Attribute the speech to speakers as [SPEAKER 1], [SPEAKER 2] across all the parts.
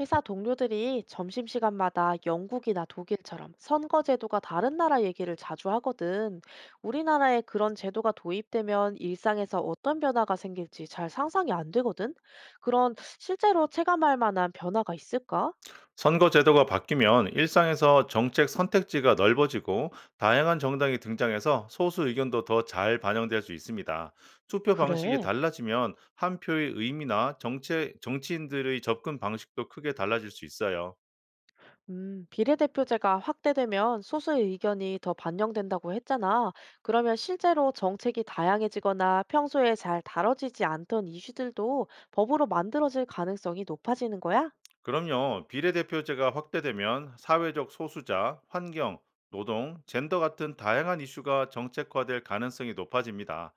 [SPEAKER 1] 회사 동료들이 점심시간마다 영국이나 독일처럼 선거 제도가 다른 나라 얘기를 자주 하거든. 우리나라에 그런 제도가 도입되면 일상에서 어떤 변화가 생길지 잘 상상이 안 되거든. 그런 실제로 체감할 만한 변화가 있을까?
[SPEAKER 2] 선거 제도가 바뀌면 일상에서 정책 선택지가 넓어지고 다양한 정당이 등장해서 소수 의견도 더 잘 반영될 수 있습니다. 투표 방식이
[SPEAKER 1] 그래.
[SPEAKER 2] 달라지면 한 표의 의미나 정체, 정치인들의 접근 방식도 크게 달라질 수 있어요.
[SPEAKER 1] 비례대표제가 확대되면 소수의 의견이 더 반영된다고 했잖아. 그러면 실제로 정책이 다양해지거나 평소에 잘 다뤄지지 않던 이슈들도 법으로 만들어질 가능성이 높아지는 거야?
[SPEAKER 2] 그럼요. 비례대표제가 확대되면 사회적 소수자, 환경, 노동, 젠더 같은 다양한 이슈가 정책화될 가능성이 높아집니다.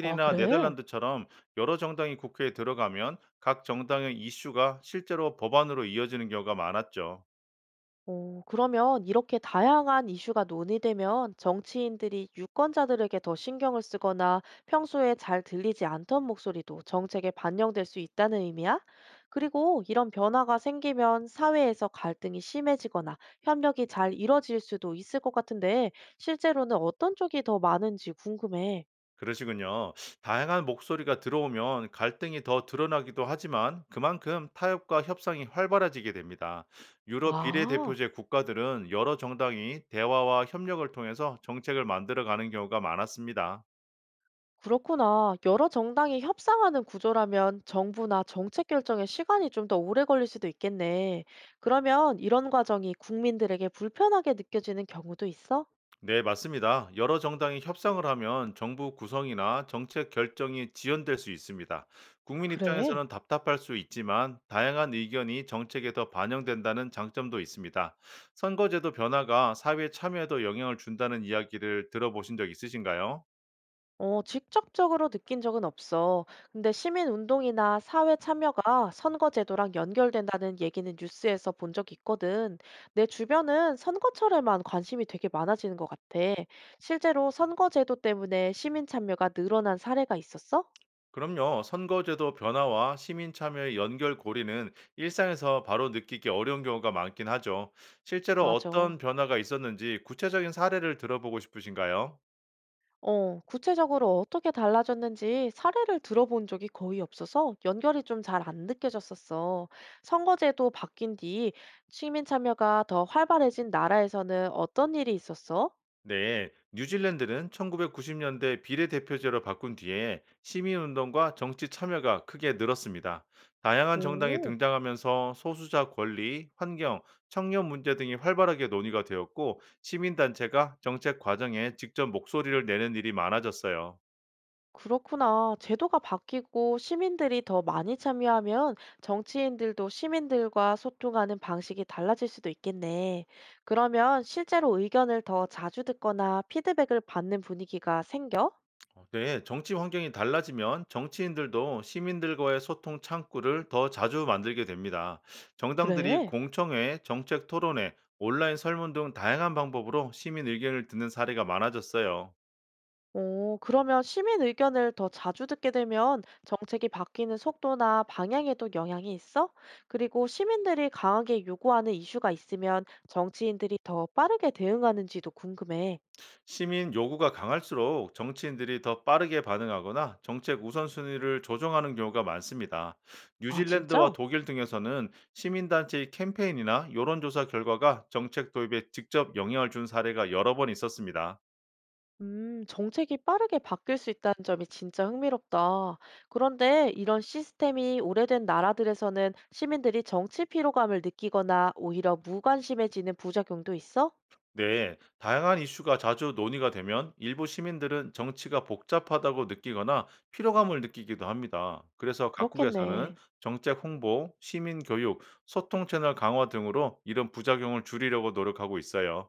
[SPEAKER 1] 아, 그래?
[SPEAKER 2] 네덜란드처럼 여러 정당이 국회에 들어가면 각 정당의 이슈가 실제로 법안으로 이어지는 경우가 많았죠.
[SPEAKER 1] 그러면 이렇게 다양한 이슈가 논의되면 정치인들이 유권자들에게 더 신경을 쓰거나 평소에 잘 들리지 않던 목소리도 정책에 반영될 수 있다는 의미야? 그리고 이런 변화가 생기면 사회에서 갈등이 심해지거나 협력이 잘 이뤄질 수도 있을 것 같은데 실제로는 어떤 쪽이 더 많은지 궁금해.
[SPEAKER 2] 그러시군요. 다양한 목소리가 들어오면 갈등이 더 드러나기도 하지만 그만큼 타협과 협상이 활발해지게 됩니다. 유럽
[SPEAKER 1] 아.
[SPEAKER 2] 비례대표제 국가들은 여러 정당이 대화와 협력을 통해서 정책을 만들어가는 경우가 많았습니다.
[SPEAKER 1] 그렇구나. 여러 정당이 협상하는 구조라면 정부나 정책 결정에 시간이 좀 더 오래 걸릴 수도 있겠네. 그러면 이런 과정이 국민들에게 불편하게 느껴지는 경우도 있어?
[SPEAKER 2] 네, 맞습니다. 여러 정당이 협상을 하면 정부 구성이나 정책 결정이 지연될 수 있습니다. 국민
[SPEAKER 1] 그래.
[SPEAKER 2] 입장에서는 답답할 수 있지만 다양한 의견이 정책에 더 반영된다는 장점도 있습니다. 선거제도 변화가 사회 참여에도 영향을 준다는 이야기를 들어보신 적 있으신가요?
[SPEAKER 1] 직접적으로 느낀 적은 없어. 근데 시민 운동이나 사회 참여가 선거제도랑 연결된다는 얘기는 뉴스에서 본 적 있거든. 내 주변은 선거철에만 관심이 되게 많아지는 것 같아. 실제로 선거제도 때문에 시민 참여가 늘어난 사례가 있었어?
[SPEAKER 2] 그럼요. 선거제도 변화와 시민 참여의 연결고리는 일상에서 바로 느끼기 어려운 경우가 많긴 하죠. 실제로
[SPEAKER 1] 맞아.
[SPEAKER 2] 어떤 변화가 있었는지 구체적인 사례를 들어보고 싶으신가요?
[SPEAKER 1] 구체적으로 어떻게 달라졌는지 사례를 들어본 적이 거의 없어서 연결이 좀 잘 안 느껴졌었어. 선거제도 바뀐 뒤 시민 참여가 더 활발해진 나라에서는 어떤 일이 있었어?
[SPEAKER 2] 네, 뉴질랜드는 1990년대 비례대표제로 바꾼 뒤에 시민운동과 정치 참여가 크게 늘었습니다. 다양한 정당이
[SPEAKER 1] 오,
[SPEAKER 2] 등장하면서 소수자 권리, 환경, 청년 문제 등이 활발하게 논의가 되었고, 시민단체가 정책 과정에 직접 목소리를 내는 일이 많아졌어요.
[SPEAKER 1] 그렇구나. 제도가 바뀌고 시민들이 더 많이 참여하면 정치인들도 시민들과 소통하는 방식이 달라질 수도 있겠네. 그러면 실제로 의견을 더 자주 듣거나 피드백을 받는 분위기가 생겨?
[SPEAKER 2] 네, 정치 환경이 달라지면 정치인들도 시민들과의 소통 창구를 더 자주 만들게 됩니다. 정당들이
[SPEAKER 1] 그래.
[SPEAKER 2] 공청회, 정책 토론회, 온라인 설문 등 다양한 방법으로 시민 의견을 듣는 사례가 많아졌어요.
[SPEAKER 1] 오, 그러면 시민 의견을 더 자주 듣게 되면 정책이 바뀌는 속도나 방향에도 영향이 있어? 그리고 시민들이 강하게 요구하는 이슈가 있으면 정치인들이 더 빠르게 대응하는지도 궁금해.
[SPEAKER 2] 시민 요구가 강할수록 정치인들이 더 빠르게 반응하거나 정책 우선순위를 조정하는 경우가 많습니다.
[SPEAKER 1] 아,
[SPEAKER 2] 뉴질랜드와
[SPEAKER 1] 진짜?
[SPEAKER 2] 독일 등에서는 시민단체의 캠페인이나 여론조사 결과가 정책 도입에 직접 영향을 준 사례가 여러 번 있었습니다.
[SPEAKER 1] 정책이 빠르게 바뀔 수 있다는 점이 진짜 흥미롭다. 그런데 이런 시스템이 오래된 나라들에서는 시민들이 정치 피로감을 느끼거나 오히려 무관심해지는 부작용도 있어?
[SPEAKER 2] 네, 다양한 이슈가 자주 논의가 되면 일부 시민들은 정치가 복잡하다고 느끼거나 피로감을 느끼기도 합니다. 그래서 각국에서는
[SPEAKER 1] 그렇겠네.
[SPEAKER 2] 정책 홍보, 시민 교육, 소통 채널 강화 등으로 이런 부작용을 줄이려고 노력하고 있어요.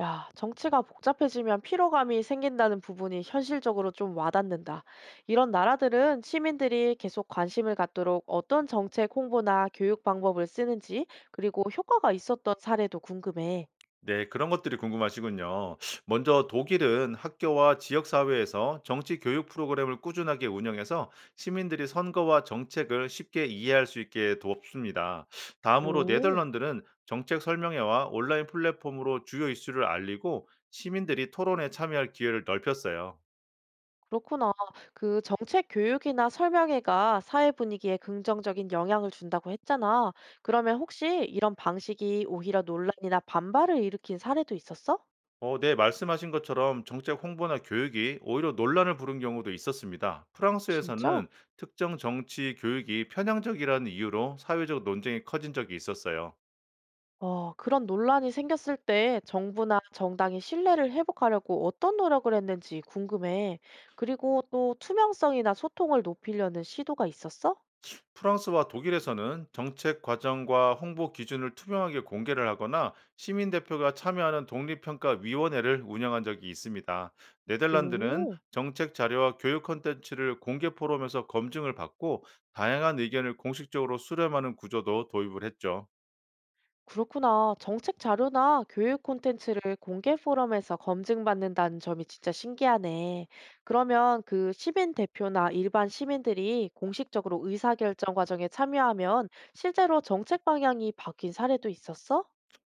[SPEAKER 1] 야, 정치가 복잡해지면 피로감이 생긴다는 부분이 현실적으로 좀 와닿는다. 이런 나라들은 시민들이 계속 관심을 갖도록 어떤 정책 홍보나 교육 방법을 쓰는지, 그리고 효과가 있었던 사례도 궁금해.
[SPEAKER 2] 네, 그런 것들이 궁금하시군요. 먼저 독일은 학교와 지역사회에서 정치 교육 프로그램을 꾸준하게 운영해서 시민들이 선거와 정책을 쉽게 이해할 수 있게 돕습니다. 다음으로
[SPEAKER 1] 오,
[SPEAKER 2] 네덜란드는 정책 설명회와 온라인 플랫폼으로 주요 이슈를 알리고 시민들이 토론에 참여할 기회를 넓혔어요.
[SPEAKER 1] 그렇구나. 그 정책 교육이나 설명회가 사회 분위기에 긍정적인 영향을 준다고 했잖아. 그러면 혹시 이런 방식이 오히려 논란이나 반발을 일으킨 사례도 있었어?
[SPEAKER 2] 네, 말씀하신 것처럼 정책 홍보나 교육이 오히려 논란을 부른 경우도 있었습니다.
[SPEAKER 1] 진짜?
[SPEAKER 2] 프랑스에서는 특정 정치 교육이 편향적이라는 이유로 사회적 논쟁이 커진 적이 있었어요.
[SPEAKER 1] 그런 논란이 생겼을 때 정부나 정당이 신뢰를 회복하려고 어떤 노력을 했는지 궁금해. 그리고 또 투명성이나 소통을 높이려는 시도가 있었어?
[SPEAKER 2] 프랑스와 독일에서는 정책 과정과 홍보 기준을 투명하게 공개를 하거나 시민 대표가 참여하는 독립평가위원회를 운영한 적이 있습니다. 네덜란드는
[SPEAKER 1] 오,
[SPEAKER 2] 정책 자료와 교육 콘텐츠를 공개 포럼에서 검증을 받고 다양한 의견을 공식적으로 수렴하는 구조도 도입을 했죠.
[SPEAKER 1] 그렇구나. 정책 자료나 교육 콘텐츠를 공개 포럼에서 검증받는다는 점이 진짜 신기하네. 그러면 그 시민 대표나 일반 시민들이 공식적으로 의사결정 과정에 참여하면 실제로 정책 방향이 바뀐 사례도 있었어?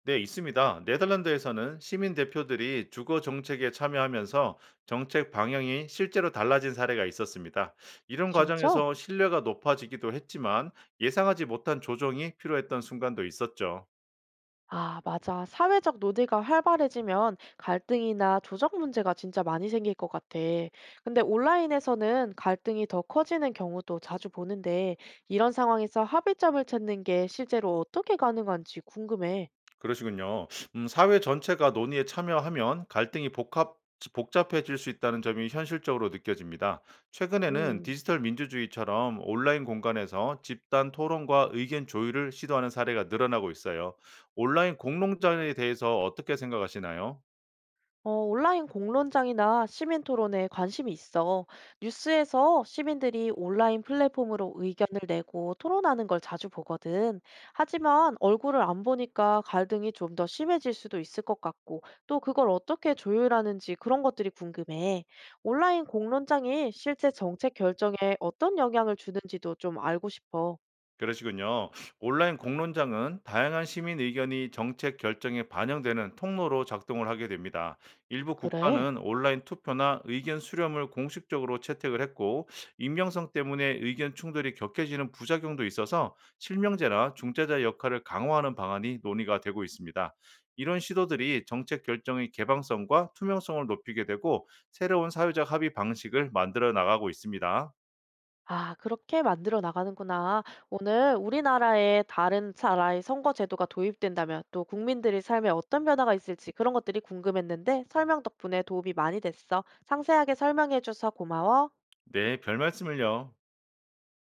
[SPEAKER 2] 네, 있습니다. 네덜란드에서는 시민 대표들이 주거 정책에 참여하면서 정책 방향이 실제로 달라진 사례가 있었습니다. 이런
[SPEAKER 1] 진짜?
[SPEAKER 2] 과정에서 신뢰가 높아지기도 했지만 예상하지 못한 조정이 필요했던 순간도 있었죠.
[SPEAKER 1] 아, 맞아. 사회적 논의가 활발해지면 갈등이나 조적 문제가 진짜 많이 생길 것 같아. 근데 온라인에서는 갈등이 더 커지는 경우도 자주 보는데, 이런 상황에서 합의점을 찾는 게 실제로 어떻게 가능한지 궁금해.
[SPEAKER 2] 그러시군요. 사회 전체가 논의에 참여하면 갈등이 복합 복잡해질 수 있다는 점이 현실적으로 느껴집니다. 최근에는
[SPEAKER 1] 음.
[SPEAKER 2] 디지털 민주주의처럼 온라인 공간에서 집단 토론과 의견 조율을 시도하는 사례가 늘어나고 있어요. 온라인 공론장에 대해서 어떻게 생각하시나요?
[SPEAKER 1] 온라인 공론장이나 시민 토론에 관심이 있어. 뉴스에서 시민들이 온라인 플랫폼으로 의견을 내고 토론하는 걸 자주 보거든. 하지만 얼굴을 안 보니까 갈등이 좀 더 심해질 수도 있을 것 같고, 또 그걸 어떻게 조율하는지 그런 것들이 궁금해. 온라인 공론장이 실제 정책 결정에 어떤 영향을 주는지도 좀 알고 싶어.
[SPEAKER 2] 그러시군요. 온라인 공론장은 다양한 시민 의견이 정책 결정에 반영되는 통로로 작동을 하게 됩니다. 일부
[SPEAKER 1] 그래.
[SPEAKER 2] 국가는 온라인 투표나 의견 수렴을 공식적으로 채택을 했고, 익명성 때문에 의견 충돌이 격해지는 부작용도 있어서 실명제나 중재자 역할을 강화하는 방안이 논의가 되고 있습니다. 이런 시도들이 정책 결정의 개방성과 투명성을 높이게 되고, 새로운 사회적 합의 방식을 만들어 나가고 있습니다.
[SPEAKER 1] 아, 그렇게 만들어 나가는구나. 오늘 우리나라의 다른 나라의 선거 제도가 도입된다면 또 국민들의 삶에 어떤 변화가 있을지 그런 것들이 궁금했는데 설명 덕분에 도움이 많이 됐어. 상세하게 설명해줘서 고마워.
[SPEAKER 2] 네, 별 말씀을요.